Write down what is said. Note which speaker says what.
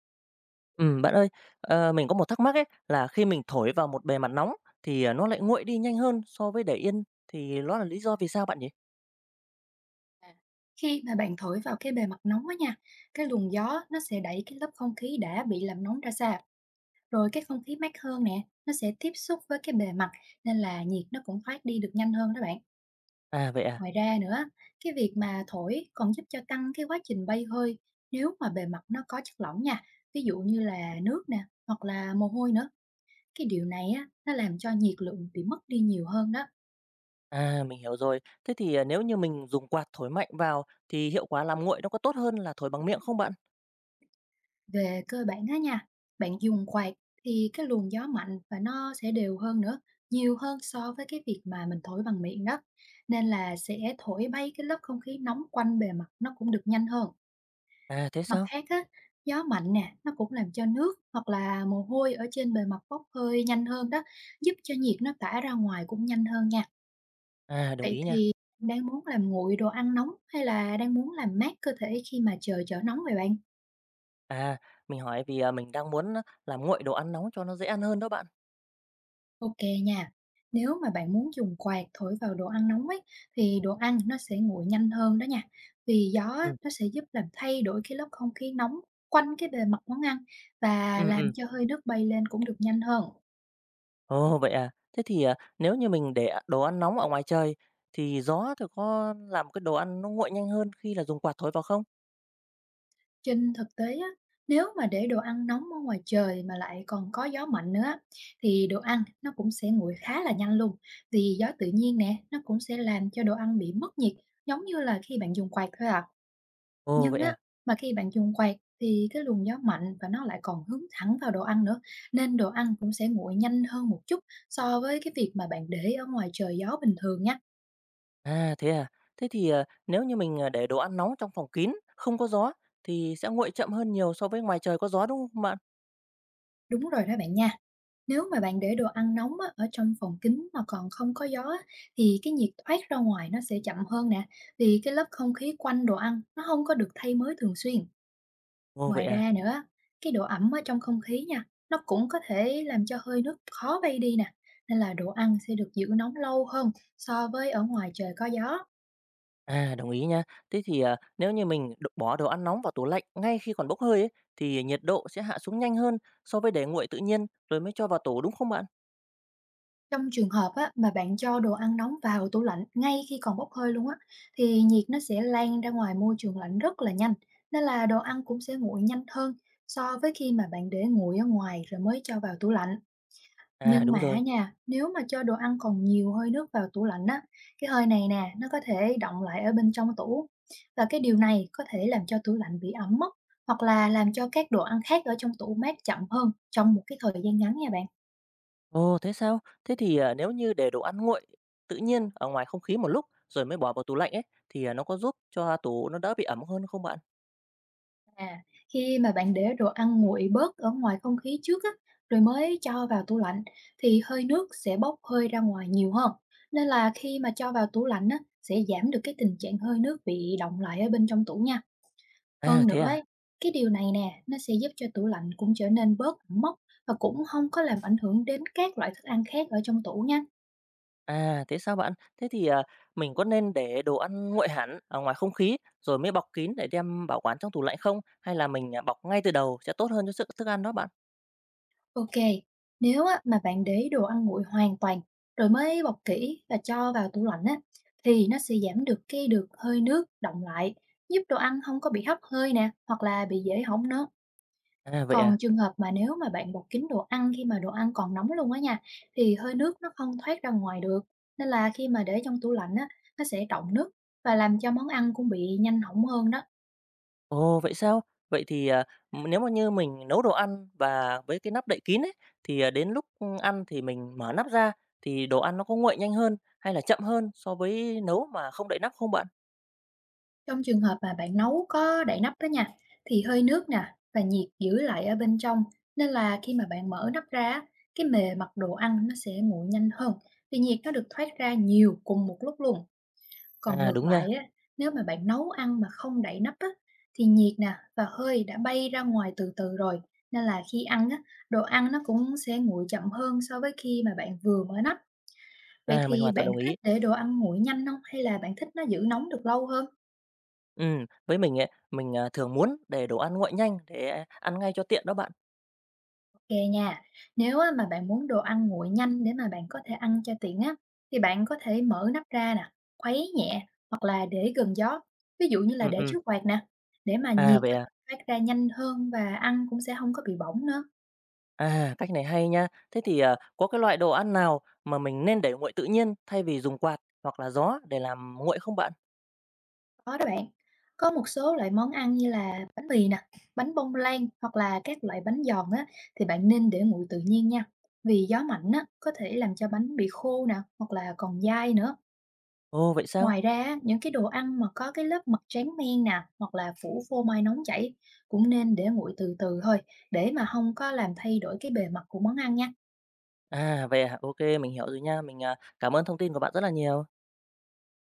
Speaker 1: Bạn ơi, mình có một thắc mắc ấy, là khi mình thổi vào một bề mặt nóng thì, nó lại nguội đi nhanh hơn so với để yên, thì ló là lý do vì sao bạn nhỉ?
Speaker 2: À, khi mà bạn thổi vào cái bề mặt nóng á nha, cái luồng gió nó sẽ đẩy cái lớp không khí đã bị làm nóng ra xa, rồi cái không khí mát hơn nè, nó sẽ tiếp xúc với cái bề mặt, nên là nhiệt nó cũng thoát đi được nhanh hơn đó bạn.
Speaker 1: À, vậy à?
Speaker 2: Ngoài ra nữa, cái việc mà thổi còn giúp cho tăng cái quá trình bay hơi nếu mà bề mặt nó có chất lỏng nha, ví dụ như là nước nè, hoặc là mồ hôi nữa. Cái điều này á, nó làm cho nhiệt lượng bị mất đi nhiều hơn đó.
Speaker 1: À, mình hiểu rồi. Thế thì, nếu như mình dùng quạt thổi mạnh vào thì hiệu quả làm nguội nó có tốt hơn là thổi bằng miệng không bạn?
Speaker 2: Về cơ bản á nha, bạn dùng quạt thì cái luồng gió mạnh và nó sẽ đều hơn nữa, nhiều hơn so với cái việc mà mình thổi bằng miệng đó. Nên là sẽ thổi bay cái lớp không khí nóng quanh bề mặt nó cũng được nhanh hơn.
Speaker 1: À, thế
Speaker 2: Mặt
Speaker 1: sao?
Speaker 2: khác á, gió mạnh nè, nó cũng làm cho nước hoặc là mồ hôi ở trên bề mặt bốc hơi nhanh hơn đó, giúp cho nhiệt nó tỏa ra ngoài cũng nhanh hơn nha.
Speaker 1: À, đồng
Speaker 2: Vậy
Speaker 1: ý nha.
Speaker 2: thì đang muốn làm nguội đồ ăn nóng hay là đang muốn làm mát cơ thể khi mà trời trở nóng vậy bạn?
Speaker 1: À, mình hỏi vì, mình đang muốn làm nguội đồ ăn nóng cho nó dễ ăn hơn đó bạn.
Speaker 2: Ok nha. Nếu mà bạn muốn dùng quạt thổi vào đồ ăn nóng ấy thì đồ ăn nó sẽ nguội nhanh hơn đó nha. Vì gió á,
Speaker 1: Ừ
Speaker 2: nó sẽ giúp làm thay đổi cái lớp không khí nóng quanh cái bề mặt món ăn và
Speaker 1: ừ
Speaker 2: làm
Speaker 1: ừm.
Speaker 2: cho hơi nước bay lên cũng được nhanh hơn.
Speaker 1: Ồ, vậy à? Thế thì, nếu như mình để đồ ăn nóng ở ngoài trời thì gió thì có làm cái đồ ăn nó nguội nhanh hơn khi là dùng quạt thổi vào không?
Speaker 2: Trên thực tế á, nếu mà để đồ ăn nóng ở ngoài trời mà lại còn có gió mạnh nữa á, thì đồ ăn nó cũng sẽ nguội khá là nhanh luôn. Vì gió tự nhiên nè, nó cũng sẽ làm cho đồ ăn bị mất nhiệt giống như là khi bạn dùng quạt thôi ạ.
Speaker 1: Ồ,
Speaker 2: Nhưng
Speaker 1: vậy
Speaker 2: á,
Speaker 1: à?
Speaker 2: mà khi bạn dùng quạt thì cái luồng gió mạnh và nó lại còn hướng thẳng vào đồ ăn nữa, nên đồ ăn cũng sẽ nguội nhanh hơn một chút so với cái việc mà bạn để ở ngoài trời gió bình thường nha.
Speaker 1: À? Thế thì, nếu như mình, để đồ ăn nóng trong phòng kín, không có gió thì sẽ nguội chậm hơn nhiều so với ngoài trời có gió, đúng không bạn?
Speaker 2: Đúng rồi đó bạn nha. Nếu mà bạn để đồ ăn nóng á, ở trong phòng kín mà còn không có gió á, thì cái nhiệt thoát ra ngoài nó sẽ chậm hơn nè, vì cái lớp không khí quanh đồ ăn nó không có được thay mới thường xuyên.
Speaker 1: Ồ, vậy
Speaker 2: Ngoài
Speaker 1: à?
Speaker 2: ra nữa, cái độ ẩm ở trong không khí nha, nó cũng có thể làm cho hơi nước khó bay đi nè, nên là đồ ăn sẽ được giữ nóng lâu hơn so với ở ngoài trời có gió.
Speaker 1: À, đồng ý nha. Thế thì, nếu như mình bỏ đồ ăn nóng vào tủ lạnh ngay khi còn bốc hơi ấy, thì nhiệt độ sẽ hạ xuống nhanh hơn so với để nguội tự nhiên rồi mới cho vào tủ, đúng không bạn?
Speaker 2: Trong trường hợp á, mà bạn cho đồ ăn nóng vào tủ lạnh ngay khi còn bốc hơi luôn á, thì nhiệt nó sẽ lan ra ngoài môi trường lạnh rất là nhanh, nên là đồ ăn cũng sẽ nguội nhanh hơn so với khi mà bạn để nguội ở ngoài rồi mới cho vào tủ lạnh.
Speaker 1: À,
Speaker 2: Nhưng
Speaker 1: đúng
Speaker 2: mà
Speaker 1: rồi.
Speaker 2: nha, nếu mà cho đồ ăn còn nhiều hơi nước vào tủ lạnh á, cái hơi này nè, nó có thể đọng lại ở bên trong tủ. Và cái điều này có thể làm cho tủ lạnh bị ẩm mốc hoặc là làm cho các đồ ăn khác ở trong tủ mát chậm hơn trong một cái thời gian ngắn nha bạn.
Speaker 1: Ồ, thế sao? Thế thì, nếu như để đồ ăn nguội tự nhiên ở ngoài không khí một lúc rồi mới bỏ vào tủ lạnh ấy, thì, nó có giúp cho tủ nó đỡ bị ẩm hơn không bạn?
Speaker 2: À, khi mà bạn để đồ ăn nguội bớt ở ngoài không khí trước á, rồi mới cho vào tủ lạnh thì hơi nước sẽ bốc hơi ra ngoài nhiều hơn. Nên là khi mà cho vào tủ lạnh á, sẽ giảm được cái tình trạng hơi nước bị đọng lại ở bên trong tủ nha.
Speaker 1: À,
Speaker 2: Hơn
Speaker 1: thế
Speaker 2: nữa
Speaker 1: à?
Speaker 2: ấy, cái điều này nè, nó sẽ giúp cho tủ lạnh cũng trở nên bớt ẩm mốc và cũng không có làm ảnh hưởng đến các loại thức ăn khác ở trong tủ nha.
Speaker 1: À, thế sao bạn? Thế thì, mình có nên để đồ ăn nguội hẳn ở ngoài không khí rồi mới bọc kín để đem bảo quản trong tủ lạnh không? Hay là mình, bọc ngay từ đầu sẽ tốt hơn cho sức thức ăn đó bạn?
Speaker 2: Ok, nếu á, mà bạn để đồ ăn nguội hoàn toàn rồi mới bọc kỹ và cho vào tủ lạnh á, thì nó sẽ giảm được cái hơi nước đọng lại, giúp đồ ăn không có bị hấp hơi nè, hoặc là bị dễ hỏng nữa.
Speaker 1: À, vậy
Speaker 2: Còn
Speaker 1: à?
Speaker 2: trường hợp mà nếu mà bạn bọc kín đồ ăn khi mà đồ ăn còn nóng luôn á nha, thì hơi nước nó không thoát ra ngoài được, nên là khi mà để trong tủ lạnh á, nó sẽ đọng nước và làm cho món ăn cũng bị nhanh hỏng hơn đó.
Speaker 1: Ồ, vậy sao? Vậy thì, nếu mà như mình nấu đồ ăn và với cái nắp đậy kín ấy, thì, đến lúc, ăn thì mình mở nắp ra thì đồ ăn nó có nguội nhanh hơn hay là chậm hơn so với nấu mà không đậy nắp không bạn?
Speaker 2: Trong trường hợp mà bạn nấu có đậy nắp đó nha, thì hơi nước nè và nhiệt giữ lại ở bên trong, nên là khi mà bạn mở nắp ra á, cái bề mặt đồ ăn nó sẽ nguội nhanh hơn, vì nhiệt nó được thoát ra nhiều cùng một lúc luôn. Còn
Speaker 1: À,
Speaker 2: ngược
Speaker 1: đúng nha.
Speaker 2: lại á, nếu mà bạn nấu ăn mà không đậy nắp á, thì nhiệt nè và hơi đã bay ra ngoài từ từ rồi, nên là khi ăn á, đồ ăn nó cũng sẽ nguội chậm hơn so với khi mà bạn vừa mở nắp. Vậy
Speaker 1: À, mình
Speaker 2: thì
Speaker 1: hoàn toàn
Speaker 2: bạn
Speaker 1: đồng ý.
Speaker 2: thích để đồ ăn nguội nhanh không? Hay là bạn thích nó giữ nóng được lâu hơn?
Speaker 1: Ừ, với mình ấy, mình, thường muốn để đồ ăn nguội nhanh để ăn ngay cho tiện đó bạn.
Speaker 2: Kê nha, nếu á mà bạn muốn đồ ăn nguội nhanh để mà bạn có thể ăn cho tiện á, thì bạn có thể mở nắp ra nè, khuấy nhẹ hoặc là để gần gió, ví dụ như là
Speaker 1: Ừ
Speaker 2: để
Speaker 1: ừ.
Speaker 2: trước quạt nè, để mà
Speaker 1: À,
Speaker 2: nhiệt
Speaker 1: vậy
Speaker 2: có
Speaker 1: à?
Speaker 2: thể thoát ra nhanh hơn và ăn cũng sẽ không có bị bỏng nữa.
Speaker 1: À, cách này hay nha. Thế thì, có cái loại đồ ăn nào mà mình nên để nguội tự nhiên thay vì dùng quạt hoặc là gió để làm nguội không bạn?
Speaker 2: Đó đó bạn. Có một số loại món ăn như là bánh mì nè, bánh bông lan hoặc là các loại bánh giòn á, thì bạn nên để nguội tự nhiên nha, vì gió mạnh á, có thể làm cho bánh bị khô nè, hoặc là còn dai nữa.
Speaker 1: Ồ, vậy sao?
Speaker 2: Ngoài ra, á, những cái đồ ăn mà có cái lớp mặt tráng men nè, hoặc là phủ phô mai nóng chảy cũng nên để nguội từ từ thôi, để mà không có làm thay đổi cái bề mặt của món ăn nha.
Speaker 1: À, vậy à? Ô mình hiểu rồi nha. Mình, cảm ơn thông tin của bạn rất là nhiều.